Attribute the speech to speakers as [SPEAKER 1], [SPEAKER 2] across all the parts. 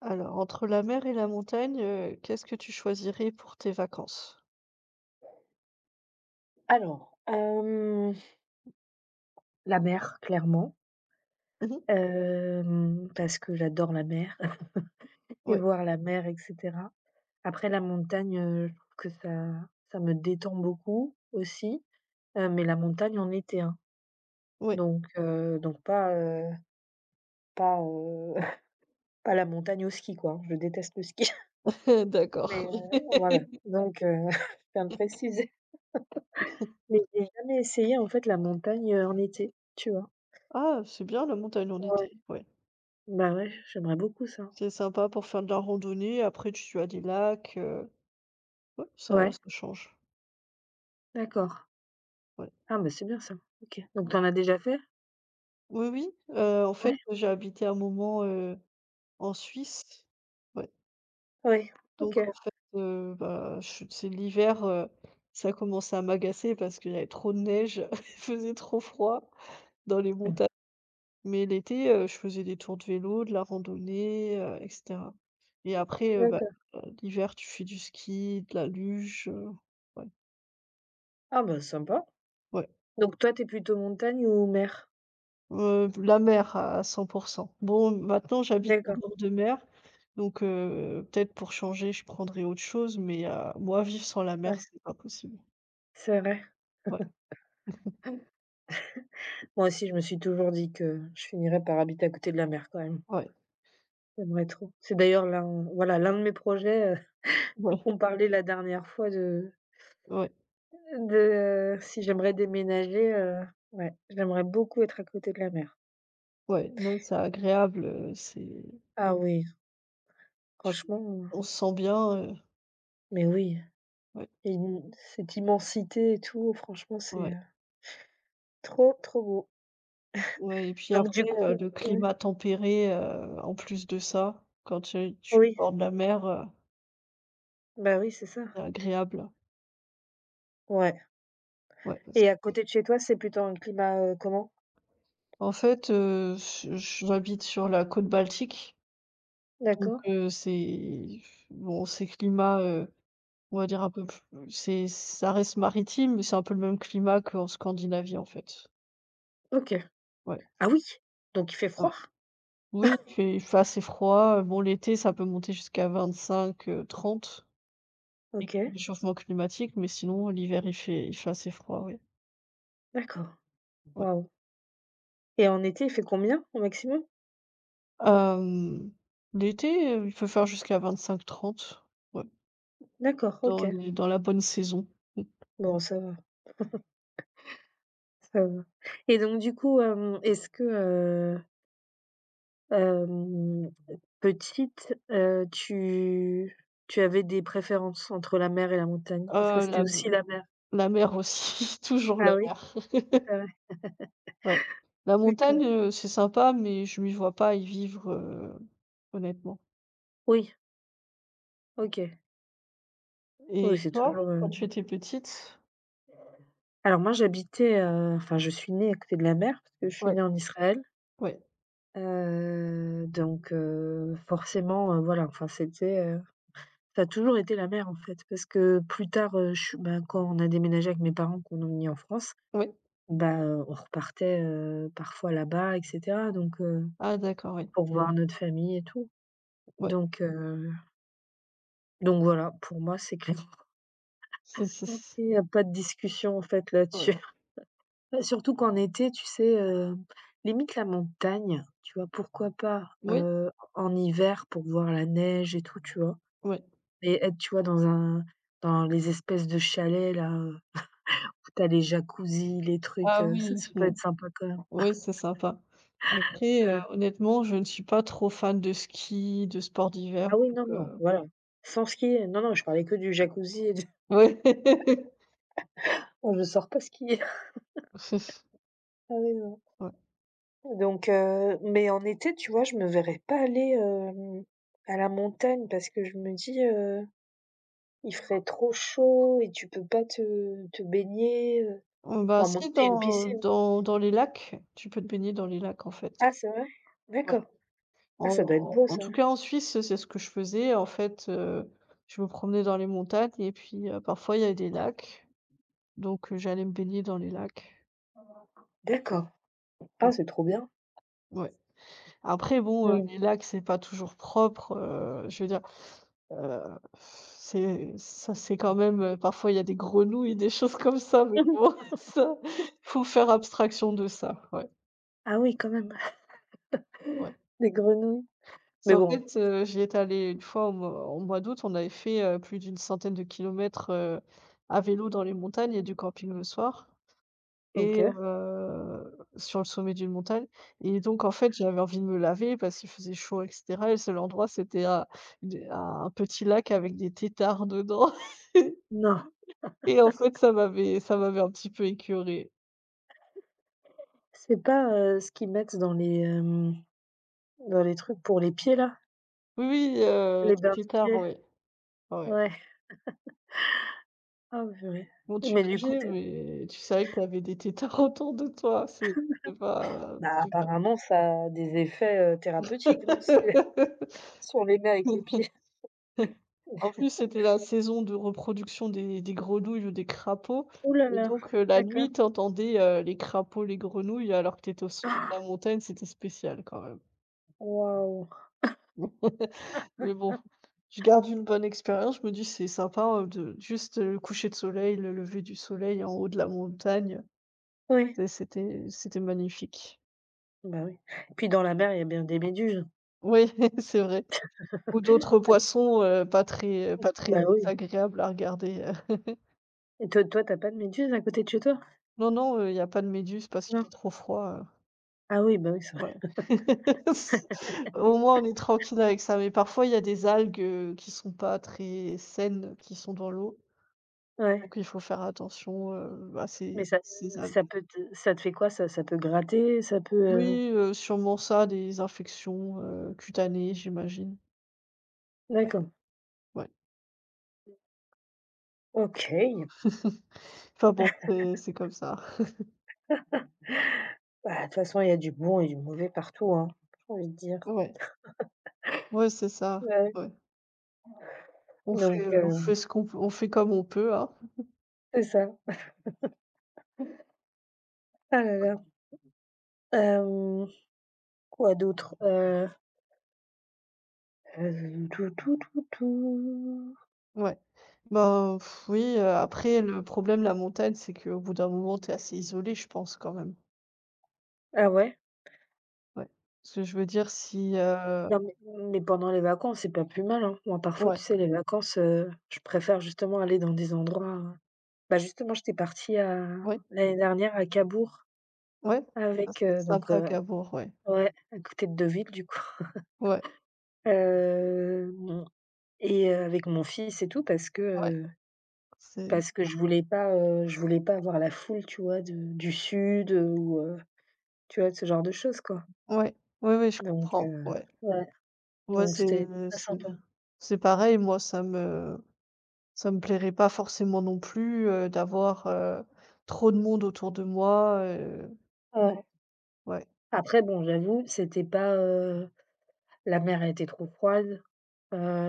[SPEAKER 1] Alors, entre la mer et la montagne, qu'est-ce que tu choisirais pour tes vacances?
[SPEAKER 2] Alors, la mer clairement,
[SPEAKER 1] Mmh.
[SPEAKER 2] parce que j'adore la mer et
[SPEAKER 1] Ouais,
[SPEAKER 2] voir la mer, et cetera. Après la montagne, je trouve que ça me détend beaucoup aussi, mais la montagne en été, hein.
[SPEAKER 1] ouais,
[SPEAKER 2] Donc pas, pas, pas la montagne au ski, quoi, hein. Je déteste le ski. mais
[SPEAKER 1] d'accord.
[SPEAKER 2] heu, voilà, je tiens à préciser. Mais j'ai jamais essayé en fait la montagne, en été, tu vois?
[SPEAKER 1] Ah, c'est bien la montagne en
[SPEAKER 2] Ouais.
[SPEAKER 1] été, ouais.
[SPEAKER 2] Bah, ouais, j'aimerais beaucoup ça.
[SPEAKER 1] C'est sympa pour faire de la randonnée, après tu as des lacs, ouais, ça ça
[SPEAKER 2] Ouais,
[SPEAKER 1] change,
[SPEAKER 2] d'accord.
[SPEAKER 1] ouais,
[SPEAKER 2] Ah bah, c'est bien ça. OK. Donc
[SPEAKER 1] ouais.
[SPEAKER 2] tu en as déjà fait?
[SPEAKER 1] Oui, oui, en fait,
[SPEAKER 2] Ouais?
[SPEAKER 1] j'ai habité un moment, en Suisse, ouais,
[SPEAKER 2] Ouais. OK.
[SPEAKER 1] donc en fait, bah, je c'est l'hiver, ça commençait à m'agacer parce qu'il y avait trop de neige, il faisait trop froid dans les
[SPEAKER 2] Mmh.
[SPEAKER 1] montagnes. Mais l'été, je faisais des tours de vélo, de la randonnée, et cetera. Et après, bah,
[SPEAKER 2] D'accord.
[SPEAKER 1] l'hiver, tu fais du ski, de la luge, ouais,
[SPEAKER 2] Ah bah, sympa.
[SPEAKER 1] ouais.
[SPEAKER 2] Donc toi, tu es plutôt montagne ou mer?
[SPEAKER 1] La mer à 100%. Bon, maintenant, j'habite en
[SPEAKER 2] D'accord,
[SPEAKER 1] bord de mer, donc peut-être pour changer, je prendrai autre chose, mais moi, vivre sans la mer,
[SPEAKER 2] ouais,
[SPEAKER 1] c'est pas possible.
[SPEAKER 2] c'est vrai.
[SPEAKER 1] Ouais,
[SPEAKER 2] Moi aussi, je me suis toujours dit que je finirais par habiter à côté de la mer quand même.
[SPEAKER 1] ouais,
[SPEAKER 2] J'aimerais trop. C'est d'ailleurs l'un, de mes projets,
[SPEAKER 1] ouais,
[SPEAKER 2] qu'on parlait la dernière fois de
[SPEAKER 1] ouais,
[SPEAKER 2] de si j'aimerais déménager, ouais, j'aimerais beaucoup être à côté de la mer.
[SPEAKER 1] ouais. Non, c'est agréable, c'est
[SPEAKER 2] Ah oui,
[SPEAKER 1] tu
[SPEAKER 2] franchement,
[SPEAKER 1] on se sent bien, heu,
[SPEAKER 2] mais oui,
[SPEAKER 1] ouais,
[SPEAKER 2] et une cette immensité et tout, franchement, c'est,
[SPEAKER 1] ouais.
[SPEAKER 2] trop, trop beau.
[SPEAKER 1] Ouais et puis
[SPEAKER 2] Donc
[SPEAKER 1] après,
[SPEAKER 2] du coup,
[SPEAKER 1] le
[SPEAKER 2] oui,
[SPEAKER 1] climat tempéré, en plus de ça, quand tu es
[SPEAKER 2] oui,
[SPEAKER 1] au bord de la mer,
[SPEAKER 2] bah, oui, c'est ça.
[SPEAKER 1] c'est agréable.
[SPEAKER 2] Ouais,
[SPEAKER 1] Ouais, parce
[SPEAKER 2] et à
[SPEAKER 1] que
[SPEAKER 2] côté de chez toi, c'est plutôt un climat, comment?
[SPEAKER 1] en fait, je j'habite sur la côte Baltique, donc
[SPEAKER 2] D'accord,
[SPEAKER 1] c'est bon, c'est climat, on va dire un peu plus c'est ça reste maritime, mais c'est un peu le même climat qu'en Scandinavie, en fait.
[SPEAKER 2] OK.
[SPEAKER 1] Ouais,
[SPEAKER 2] Ah oui, donc il fait
[SPEAKER 1] ouais.
[SPEAKER 2] froid?
[SPEAKER 1] Oui, il fait assez froid, bon l'été, ça peut monter jusqu'à 25, 30. Et
[SPEAKER 2] OK,
[SPEAKER 1] réchauffement climatique, mais sinon l'hiver il fait assez froid, oui.
[SPEAKER 2] d'accord.
[SPEAKER 1] Ouais.
[SPEAKER 2] Waouh. Et en été, il fait combien au maximum?
[SPEAKER 1] Hem, L'été, il peut faire jusqu'à 25, 30 ouais,
[SPEAKER 2] D'accord, OK.
[SPEAKER 1] dans la bonne saison. Mmh.
[SPEAKER 2] Bon, ça va, ça va. Et donc du coup, est-ce que, hem, petite, tu avais des préférences entre la mer et la montagne? Est-ce que
[SPEAKER 1] Euh,
[SPEAKER 2] c'était
[SPEAKER 1] la
[SPEAKER 2] aussi la mer?
[SPEAKER 1] la mer aussi, toujours la
[SPEAKER 2] Ah oui?
[SPEAKER 1] mer.
[SPEAKER 2] Ah ouais,
[SPEAKER 1] Ouais. La
[SPEAKER 2] d'accord.
[SPEAKER 1] montagne, c'est sympa, mais je m'y vois pas y vivre, honnêtement.
[SPEAKER 2] Oui, OK. Oui,
[SPEAKER 1] Et
[SPEAKER 2] c'est
[SPEAKER 1] toi,
[SPEAKER 2] toujours,
[SPEAKER 1] quand tu étais petite?
[SPEAKER 2] alors moi j'habitais, enfin je suis née à côté de la mer parce que je suis
[SPEAKER 1] Ouais,
[SPEAKER 2] née en Israël,
[SPEAKER 1] ouais,
[SPEAKER 2] forcément, voilà, enfin c'était, ça a toujours été la mer en fait parce que plus tard, je suis quand on a déménagé avec mes parents, qu'on est venu en France,
[SPEAKER 1] ouais.
[SPEAKER 2] bah, on repartait, parfois là-bas, et cetera,
[SPEAKER 1] Ah d'accord, oui.
[SPEAKER 2] pour voir notre famille et tout,
[SPEAKER 1] Ouais.
[SPEAKER 2] donc heu donc voilà, pour moi c'est clair.
[SPEAKER 1] C'est
[SPEAKER 2] Il n'y a pas de discussion en fait
[SPEAKER 1] ouais.
[SPEAKER 2] là-dessus. Bah, surtout qu'en été, tu sais, limite la montagne, tu vois? Pourquoi pas,
[SPEAKER 1] Oui?
[SPEAKER 2] en hiver, pour voir la neige et tout, tu vois?
[SPEAKER 1] Ouais.
[SPEAKER 2] Et être, tu vois, dans les espèces de chalets là, où tu les jacuzzis, les trucs,
[SPEAKER 1] Ah
[SPEAKER 2] ça, ça
[SPEAKER 1] oui,
[SPEAKER 2] peut
[SPEAKER 1] oui.
[SPEAKER 2] être sympa quand même.
[SPEAKER 1] Oui, c'est sympa. Après,
[SPEAKER 2] Heu,
[SPEAKER 1] honnêtement, je ne suis pas trop fan de ski, de sports d'hiver,
[SPEAKER 2] ah oui,
[SPEAKER 1] donc
[SPEAKER 2] non, non, voilà. Sans skier, non, non, je parlais que du jacuzzi et du
[SPEAKER 1] ouais.
[SPEAKER 2] moi je sors pas skier. Ah oui, non.
[SPEAKER 1] Ouais.
[SPEAKER 2] Mais en été, tu vois, je me verrais pas aller, à la montagne, parce que je me dis, il ferait trop chaud et tu peux pas te baigner,
[SPEAKER 1] Bah,
[SPEAKER 2] enfin, à moins que
[SPEAKER 1] si
[SPEAKER 2] tu aies une piscine.
[SPEAKER 1] dans les lacs, tu peux te baigner dans les lacs, en fait.
[SPEAKER 2] Ah, c'est vrai?
[SPEAKER 1] Ouais.
[SPEAKER 2] D'accord. Ah, ça
[SPEAKER 1] En
[SPEAKER 2] doit être beau
[SPEAKER 1] En
[SPEAKER 2] ça.
[SPEAKER 1] tout cas, en Suisse, c'est ce que je faisais. En fait, je me promenais dans les montagnes et puis, parfois, il y a des lacs, donc j'allais me baigner dans les lacs.
[SPEAKER 2] D'accord. Ah,
[SPEAKER 1] Mmh,
[SPEAKER 2] c'est trop bien.
[SPEAKER 1] ouais. Après bon,
[SPEAKER 2] Mmh.
[SPEAKER 1] les lacs, c'est pas toujours propre, je veux dire. C'est ça c'est quand même, parfois il y a des grenouilles, des choses comme ça, mais bon ça, faut faire abstraction de ça, ouais,
[SPEAKER 2] Ah oui, quand même,
[SPEAKER 1] ouais.
[SPEAKER 2] des grenouilles. Mais
[SPEAKER 1] Parce qu'en
[SPEAKER 2] bon,
[SPEAKER 1] fait, j'y étais allée une fois au mois d'août, on avait fait, plus d'une centaine de kilomètres, à vélo dans les montagnes et du camping le soir et
[SPEAKER 2] OK.
[SPEAKER 1] sur le sommet d'une montagne et donc en fait, j'avais envie de me laver parce qu'il faisait chaud et cetera et le seul endroit, c'était à un petit lac avec des têtards dedans.
[SPEAKER 2] Non,
[SPEAKER 1] Et en fait, ça m'avait un petit peu écœurée.
[SPEAKER 2] c'est pas, ce qu'ils mettent dans les trucs pour les pieds là?
[SPEAKER 1] Oui, oui,
[SPEAKER 2] Les bains
[SPEAKER 1] les
[SPEAKER 2] de
[SPEAKER 1] têtards,
[SPEAKER 2] pieds?
[SPEAKER 1] ouais, ouais.
[SPEAKER 2] Ouais. Ah purée.
[SPEAKER 1] Bon, tu
[SPEAKER 2] Mais du coup,
[SPEAKER 1] nageais,
[SPEAKER 2] tu es
[SPEAKER 1] mais tu savais que tu avais des têtards autour de toi, c'est pas
[SPEAKER 2] bah,
[SPEAKER 1] super.
[SPEAKER 2] apparemment ça a des effets, thérapeutiques, non? Si, si on les met avec les pieds.
[SPEAKER 1] En plus, c'était la saison de reproduction des grenouilles ou des crapauds
[SPEAKER 2] Ouh là
[SPEAKER 1] et
[SPEAKER 2] là,
[SPEAKER 1] donc la
[SPEAKER 2] d'accord.
[SPEAKER 1] nuit, tu entendais, les crapauds, les grenouilles alors que tu étais au sommet de la montagne, c'était spécial quand même.
[SPEAKER 2] Waouh!
[SPEAKER 1] Mais bon, je garde une bonne expérience. Je me dis: «C'est sympa, de juste, le coucher de soleil, le lever du soleil en haut de la montagne». Oui.
[SPEAKER 2] Oui,
[SPEAKER 1] C'était magnifique.
[SPEAKER 2] bah, oui. Puis dans la mer, il y a bien des méduses.
[SPEAKER 1] Oui, c'est vrai. Ou d'autres poissons, pas très, pas
[SPEAKER 2] Bah,
[SPEAKER 1] très
[SPEAKER 2] oui, oui.
[SPEAKER 1] agréables à regarder.
[SPEAKER 2] Et toi, t'as pas de méduses à côté de chez toi?
[SPEAKER 1] Non, non, il y a pas de méduses parce qu'il
[SPEAKER 2] Non?
[SPEAKER 1] fait trop froid,
[SPEAKER 2] Ah oui, bah, oui, c'est vrai.
[SPEAKER 1] ouais. C Au moins on est tranquille avec ça, mais parfois il y a des algues, qui sont pas très saines, qui sont dans l'eau. Ouais, donc
[SPEAKER 2] Ouais,
[SPEAKER 1] il faut faire attention, à
[SPEAKER 2] mais
[SPEAKER 1] ces ces algues.
[SPEAKER 2] ça te fait quoi? Ça peut gratter, ça peut,
[SPEAKER 1] Oui, sûrement ça, des infections, cutanées, j'imagine. Ouais.
[SPEAKER 2] d'accord.
[SPEAKER 1] Ouais.
[SPEAKER 2] OK.
[SPEAKER 1] Enfin bon, c'est comme ça.
[SPEAKER 2] Bah, de toute façon, il y a du bon et du mauvais partout, hein, j'ai envie de dire.
[SPEAKER 1] Ouais, ouais, c'est ça,
[SPEAKER 2] Ouais,
[SPEAKER 1] ouais.
[SPEAKER 2] donc
[SPEAKER 1] On fait
[SPEAKER 2] heu,
[SPEAKER 1] ce qu'on peut, on fait comme on peut, hein.
[SPEAKER 2] c'est ça. Ah là là. Hem, quoi d'autre? Tout, tout, tout, tout.
[SPEAKER 1] Ouais, ouais. Ben, oui, après le problème, de la montagne, c'est qu'au bout d'un moment, t'es assez isolé, je pense, quand même.
[SPEAKER 2] Ah ouais?
[SPEAKER 1] Ouais. Ce que je veux dire, si,
[SPEAKER 2] Non, mais pendant les vacances, c'est pas plus mal, hein. Moi, parfois, tu
[SPEAKER 1] ouais,
[SPEAKER 2] sais, les vacances, je préfère justement aller dans des endroits, bah, justement, j'étais partie à
[SPEAKER 1] ouais,
[SPEAKER 2] l'année dernière à Cabourg
[SPEAKER 1] ouais, ça,
[SPEAKER 2] avec,
[SPEAKER 1] c'est sympa, à Cabourg, ouais.
[SPEAKER 2] ouais, à côté de Deauville, du coup,
[SPEAKER 1] Ouais,
[SPEAKER 2] hem et avec mon fils et tout parce que,
[SPEAKER 1] ouais,
[SPEAKER 2] heu,
[SPEAKER 1] c'est
[SPEAKER 2] parce que je voulais pas, je voulais pas avoir la foule, tu vois, de du sud, ou tu vois, de ce genre de choses, quoi,
[SPEAKER 1] ouais, ouais, ouais, je
[SPEAKER 2] donc
[SPEAKER 1] comprends,
[SPEAKER 2] heu
[SPEAKER 1] ouais.
[SPEAKER 2] ouais,
[SPEAKER 1] Ouais,
[SPEAKER 2] donc c'était très
[SPEAKER 1] c'est
[SPEAKER 2] sympa.
[SPEAKER 1] c'est pareil, moi, ça me plairait pas forcément non plus, d'avoir, trop de monde autour de moi,
[SPEAKER 2] Ouais.
[SPEAKER 1] ouais,
[SPEAKER 2] Après bon, j'avoue, c'était pas, la mer a été trop froide,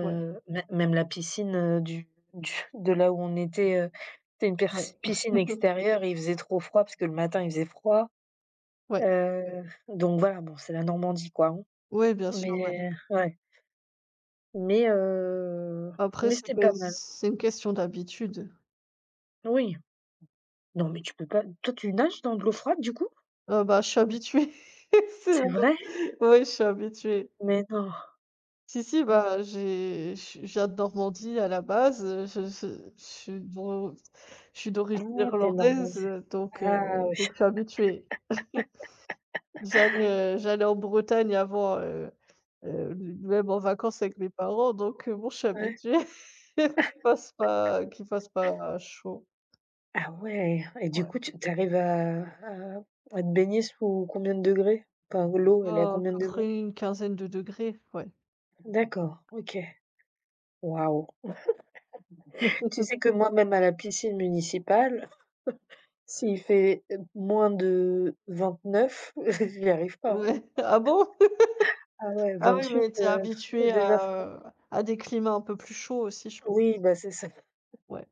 [SPEAKER 1] ouais,
[SPEAKER 2] mê même la piscine, du de là où on était, c'était une perci
[SPEAKER 1] ouais,
[SPEAKER 2] piscine extérieure, et il faisait trop froid parce que le matin, il faisait froid,
[SPEAKER 1] ouais,
[SPEAKER 2] donc voilà, bon, c'est la Normandie, quoi, hein,
[SPEAKER 1] ouais, bien sûr, ouais.
[SPEAKER 2] mais ouais, mais heu,
[SPEAKER 1] Après,
[SPEAKER 2] mais
[SPEAKER 1] c'est
[SPEAKER 2] c'était
[SPEAKER 1] que
[SPEAKER 2] pas mal.
[SPEAKER 1] c'est une question d'habitude.
[SPEAKER 2] Oui, non, mais tu peux pas, toi, tu nages dans de l'eau froide, du coup?
[SPEAKER 1] Ah bah, je suis habituée, c'est
[SPEAKER 2] C'est
[SPEAKER 1] vrai.
[SPEAKER 2] vrai?
[SPEAKER 1] Ouais, je suis habituée.
[SPEAKER 2] Mais non!
[SPEAKER 1] Si, si, bah, j'ai je viens de Normandie à la base, je suis d'o je suis d'origine
[SPEAKER 2] Ah, t'es
[SPEAKER 1] irlandaise,
[SPEAKER 2] normandie. Ah oui,
[SPEAKER 1] donc je suis habituée. J'allais en Bretagne avant, même en vacances avec mes parents, donc bon, je suis
[SPEAKER 2] ouais.
[SPEAKER 1] habituée qu'il fasse pas chaud.
[SPEAKER 2] Ah ouais, et du
[SPEAKER 1] Ouais,
[SPEAKER 2] coup tu arrives à te baigner sous combien de degrés? Enfin l'eau, elle est à
[SPEAKER 1] bah, à
[SPEAKER 2] combien
[SPEAKER 1] peu
[SPEAKER 2] de degrés?
[SPEAKER 1] près une quinzaine de degrés, ouais.
[SPEAKER 2] D'accord, OK. Waouh. Tu sais que moi, même à la piscine municipale, s'il fait, moins de 29 j'y arrive pas, hein.
[SPEAKER 1] Ouais. Ah bon?
[SPEAKER 2] Ah ouais,
[SPEAKER 1] Ah oui,
[SPEAKER 2] 28,
[SPEAKER 1] mais t'es es
[SPEAKER 2] c'est
[SPEAKER 1] habituée
[SPEAKER 2] déjà froid.
[SPEAKER 1] à des climats un peu plus chauds aussi, je pense.
[SPEAKER 2] Oui, bah, c'est ça,
[SPEAKER 1] Ouais,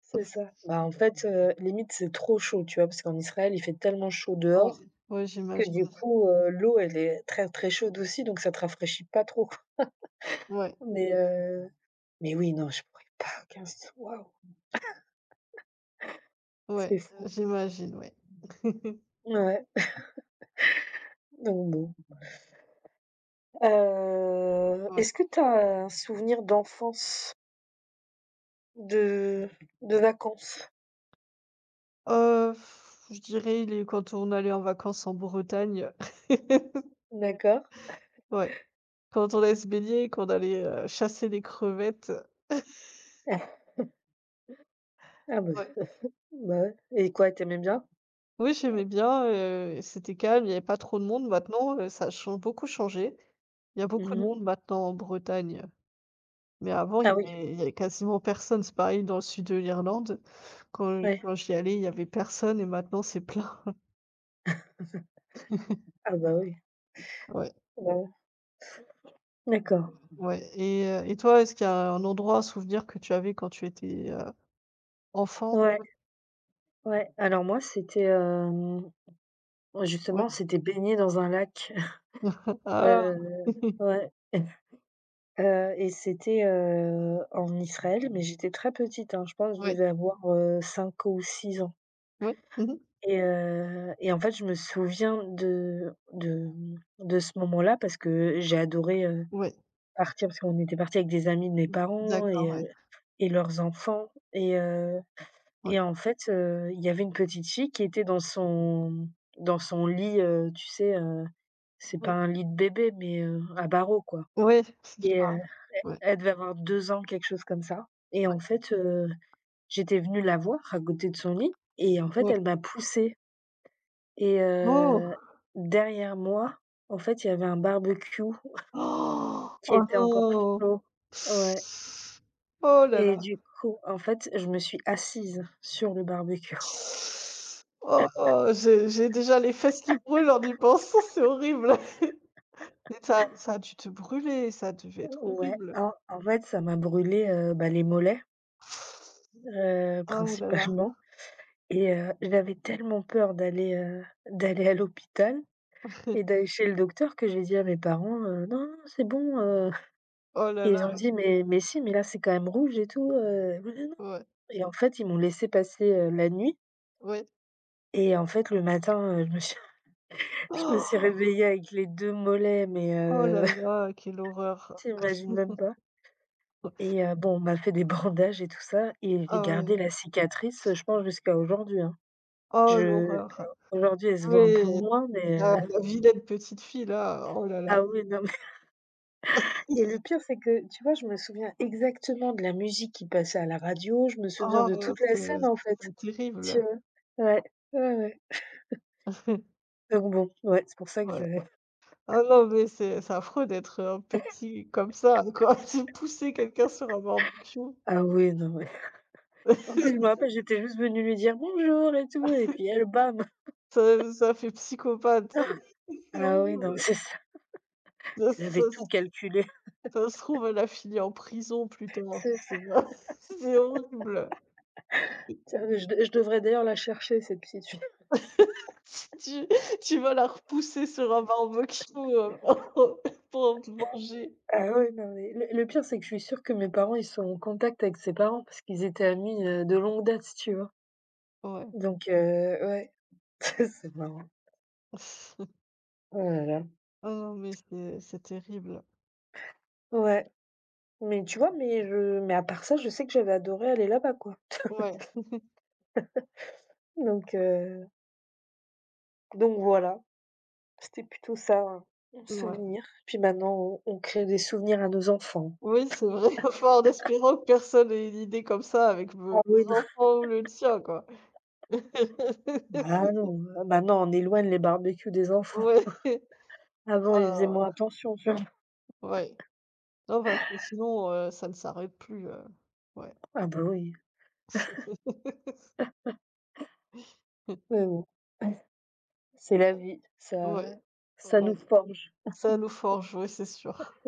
[SPEAKER 2] c'est ça. Bah, en fait, limite c'est trop chaud, tu vois? Parce qu'en Israël il fait tellement chaud
[SPEAKER 1] ouais,
[SPEAKER 2] dehors
[SPEAKER 1] ouais,
[SPEAKER 2] que
[SPEAKER 1] j'imagine.
[SPEAKER 2] du coup, l'eau, elle est très, très chaude aussi, donc ça te rafraîchit pas trop, quoi.
[SPEAKER 1] Ouais,
[SPEAKER 2] Mais heu Mais oui, non, je pourrais pas. 15, waouh,
[SPEAKER 1] ouais,
[SPEAKER 2] c'est fou.
[SPEAKER 1] j'imagine, ouais.
[SPEAKER 2] Ouais, donc bon.
[SPEAKER 1] Ouais.
[SPEAKER 2] Est-ce que tu as un souvenir d'enfance, de vacances?
[SPEAKER 1] Heu, je dirais les quand on allait en vacances en Bretagne.
[SPEAKER 2] D'accord.
[SPEAKER 1] Ouais. Quand on allait se baigner, qu'on allait, chasser les crevettes. Ouais.
[SPEAKER 2] Ah ah bah, bah, ouais, et quoi, t'aimais bien?
[SPEAKER 1] Oui, j'aimais bien, c'était calme, il n'y avait pas trop de monde. Maintenant, ça a chan beaucoup changé. Il y a beaucoup de
[SPEAKER 2] Mmh.
[SPEAKER 1] monde maintenant en Bretagne, mais avant, il
[SPEAKER 2] Ah
[SPEAKER 1] y
[SPEAKER 2] oui,
[SPEAKER 1] avait il y avait quasiment personne. C'est pareil dans le sud de l'Irlande. Quand Ouais.
[SPEAKER 2] ouais.
[SPEAKER 1] Quand j'y allais, il n'y avait personne et maintenant c'est plein.
[SPEAKER 2] Ah bah, oui.
[SPEAKER 1] Ouais,
[SPEAKER 2] Bah, ouais. D'accord.
[SPEAKER 1] ouais et toi, est-ce qu'il y a un endroit, un souvenir que tu avais quand tu étais, enfant?
[SPEAKER 2] Ouais,
[SPEAKER 1] Ouais.
[SPEAKER 2] ouais. Alors moi, c'était,
[SPEAKER 1] Ouais.
[SPEAKER 2] justement, c'était baigner dans un lac.
[SPEAKER 1] Ah!
[SPEAKER 2] Heu, ouais. Et c'était, en Israël, mais j'étais très petite, hein, je pense je
[SPEAKER 1] Ouais,
[SPEAKER 2] devais avoir, 5 ou 6 ans.
[SPEAKER 1] ouais. Mmh.
[SPEAKER 2] Et en fait, je me souviens de ce moment-là parce que j'ai adoré,
[SPEAKER 1] Ouais,
[SPEAKER 2] partir, parce qu'on était partis avec des amis de mes parents,
[SPEAKER 1] d'accord, ouais,
[SPEAKER 2] et leurs enfants, et en fait, il y avait une petite fille qui était dans son lit, tu sais, c'est pas
[SPEAKER 1] ouais.
[SPEAKER 2] un lit de bébé, mais à barreaux, quoi.
[SPEAKER 1] Oui, c'est
[SPEAKER 2] et
[SPEAKER 1] ça.
[SPEAKER 2] heu
[SPEAKER 1] Ouais,
[SPEAKER 2] Elle devait avoir 2 ans, quelque chose comme ça, et
[SPEAKER 1] ouais,
[SPEAKER 2] en fait, j'étais venue la voir à côté de son lit, et en fait,
[SPEAKER 1] ouais.
[SPEAKER 2] elle m'a poussée. Et
[SPEAKER 1] Oh!
[SPEAKER 2] derrière moi, en fait, il y avait un barbecue
[SPEAKER 1] Oh,
[SPEAKER 2] qui
[SPEAKER 1] oh
[SPEAKER 2] était encore
[SPEAKER 1] non!
[SPEAKER 2] chaud. Ouais.
[SPEAKER 1] Oh là
[SPEAKER 2] Et
[SPEAKER 1] là!
[SPEAKER 2] du coup, en fait, je me suis assise sur le barbecue.
[SPEAKER 1] Oh, oh, j'ai déjà les fesses qui brûlent en y pensant, c'est horrible. Mais ça ça a dû te brûler, ça devait être
[SPEAKER 2] Ouais,
[SPEAKER 1] horrible.
[SPEAKER 2] en fait, ça m'a brûlé, bah, les mollets,
[SPEAKER 1] Oh là là.
[SPEAKER 2] principalement. Et j'avais tellement peur d'aller, d'aller à l'hôpital et d'aller chez le docteur, que j'ai dit à mes parents, «Non, non, c'est bon,
[SPEAKER 1] Oh là
[SPEAKER 2] et ils ont
[SPEAKER 1] là,
[SPEAKER 2] dit: Mais si, mais là, c'est quand même rouge et tout, «Oui, oui, non».
[SPEAKER 1] ouais,
[SPEAKER 2] Et en fait, ils m'ont laissé passer, la nuit.
[SPEAKER 1] ouais.
[SPEAKER 2] Et en fait, le matin, je me suis je me suis
[SPEAKER 1] Oh,
[SPEAKER 2] réveillée avec les 2 mollets, mais
[SPEAKER 1] oh là là, quelle horreur.
[SPEAKER 2] tu imagines même pas. Et bon, on m'a fait des bandages et tout ça, et j'ai
[SPEAKER 1] Ah ouais.
[SPEAKER 2] gardé la cicatrice, je pense, jusqu'à aujourd'hui, hein.
[SPEAKER 1] Oh
[SPEAKER 2] Je
[SPEAKER 1] l'horreur.
[SPEAKER 2] aujourd'hui, elle se voit un peu
[SPEAKER 1] Oui,
[SPEAKER 2] moins,
[SPEAKER 1] la
[SPEAKER 2] mais
[SPEAKER 1] la vilaine petite fille là, oh là là.
[SPEAKER 2] ah oui, non. Et le pire, c'est que, tu vois, je me souviens exactement de la musique qui passait à la radio, je me souviens
[SPEAKER 1] Oh,
[SPEAKER 2] de toute la
[SPEAKER 1] c'est
[SPEAKER 2] scène, en fait,
[SPEAKER 1] c'est
[SPEAKER 2] tu
[SPEAKER 1] terrible.
[SPEAKER 2] vois? Ouais, ouais, ouais. Donc bon, ouais, c'est pour ça que
[SPEAKER 1] Ouais.
[SPEAKER 2] je
[SPEAKER 1] Ah non, mais c'est affreux d'être, petit comme ça, quoi. De pousser quelqu'un sur un barbecue.
[SPEAKER 2] ah oui, non, mais en plus, je me rappelle, j'étais juste venue lui dire: «Bonjour» et tout, et puis elle, bam!
[SPEAKER 1] Ça ça fait psychopathe, ça. C'est
[SPEAKER 2] Ah oui, non, mais
[SPEAKER 1] horrible.
[SPEAKER 2] c'est ça,
[SPEAKER 1] Ça
[SPEAKER 2] elle avait
[SPEAKER 1] ça
[SPEAKER 2] tout
[SPEAKER 1] s
[SPEAKER 2] calculé.
[SPEAKER 1] Ça se trouve, elle a fini en prison plus tard, tu
[SPEAKER 2] C'est ça.
[SPEAKER 1] sais pas. C'est horrible.
[SPEAKER 2] Tiens, je devrais d'ailleurs la chercher, cette petite fille.
[SPEAKER 1] Tu tu vas la repousser sur un barbecue, pour pour te venger.
[SPEAKER 2] Ah ouais, non, mais le pire, c'est que je suis sûre que mes parents, ils sont en contact avec ses parents parce qu'ils étaient amis, de longue date, si tu vois.
[SPEAKER 1] Ouais.
[SPEAKER 2] Ouais, c'est marrant. Oh là là.
[SPEAKER 1] Ah non, mais c'est terrible.
[SPEAKER 2] Ouais, mais tu vois? Mais à part ça, je sais que j'avais adoré aller là-bas, quoi.
[SPEAKER 1] Ouais,
[SPEAKER 2] Donc heu, donc voilà, c'était plutôt ça, hein, mon
[SPEAKER 1] ouais.
[SPEAKER 2] souvenir. Puis maintenant, on crée des souvenirs à nos enfants.
[SPEAKER 1] Oui, c'est vrai, enfin, en espérant que personne ait une idée comme ça avec
[SPEAKER 2] Ah
[SPEAKER 1] me mes
[SPEAKER 2] oui, non.
[SPEAKER 1] enfants ou le tien, quoi.
[SPEAKER 2] Bah non, maintenant on éloigne les barbecues des enfants.
[SPEAKER 1] Ouais,
[SPEAKER 2] Avant, ils faisaient
[SPEAKER 1] ah,
[SPEAKER 2] moins attention, tu vois?
[SPEAKER 1] ouais. Non, parce que sinon, ça ne s'arrête plus, ouais.
[SPEAKER 2] Ah bah oui, mais bon, c'est la vie, ça
[SPEAKER 1] Ouais,
[SPEAKER 2] ça nous
[SPEAKER 1] ouais,
[SPEAKER 2] forge,
[SPEAKER 1] ça nous forge, oui, c'est sûr.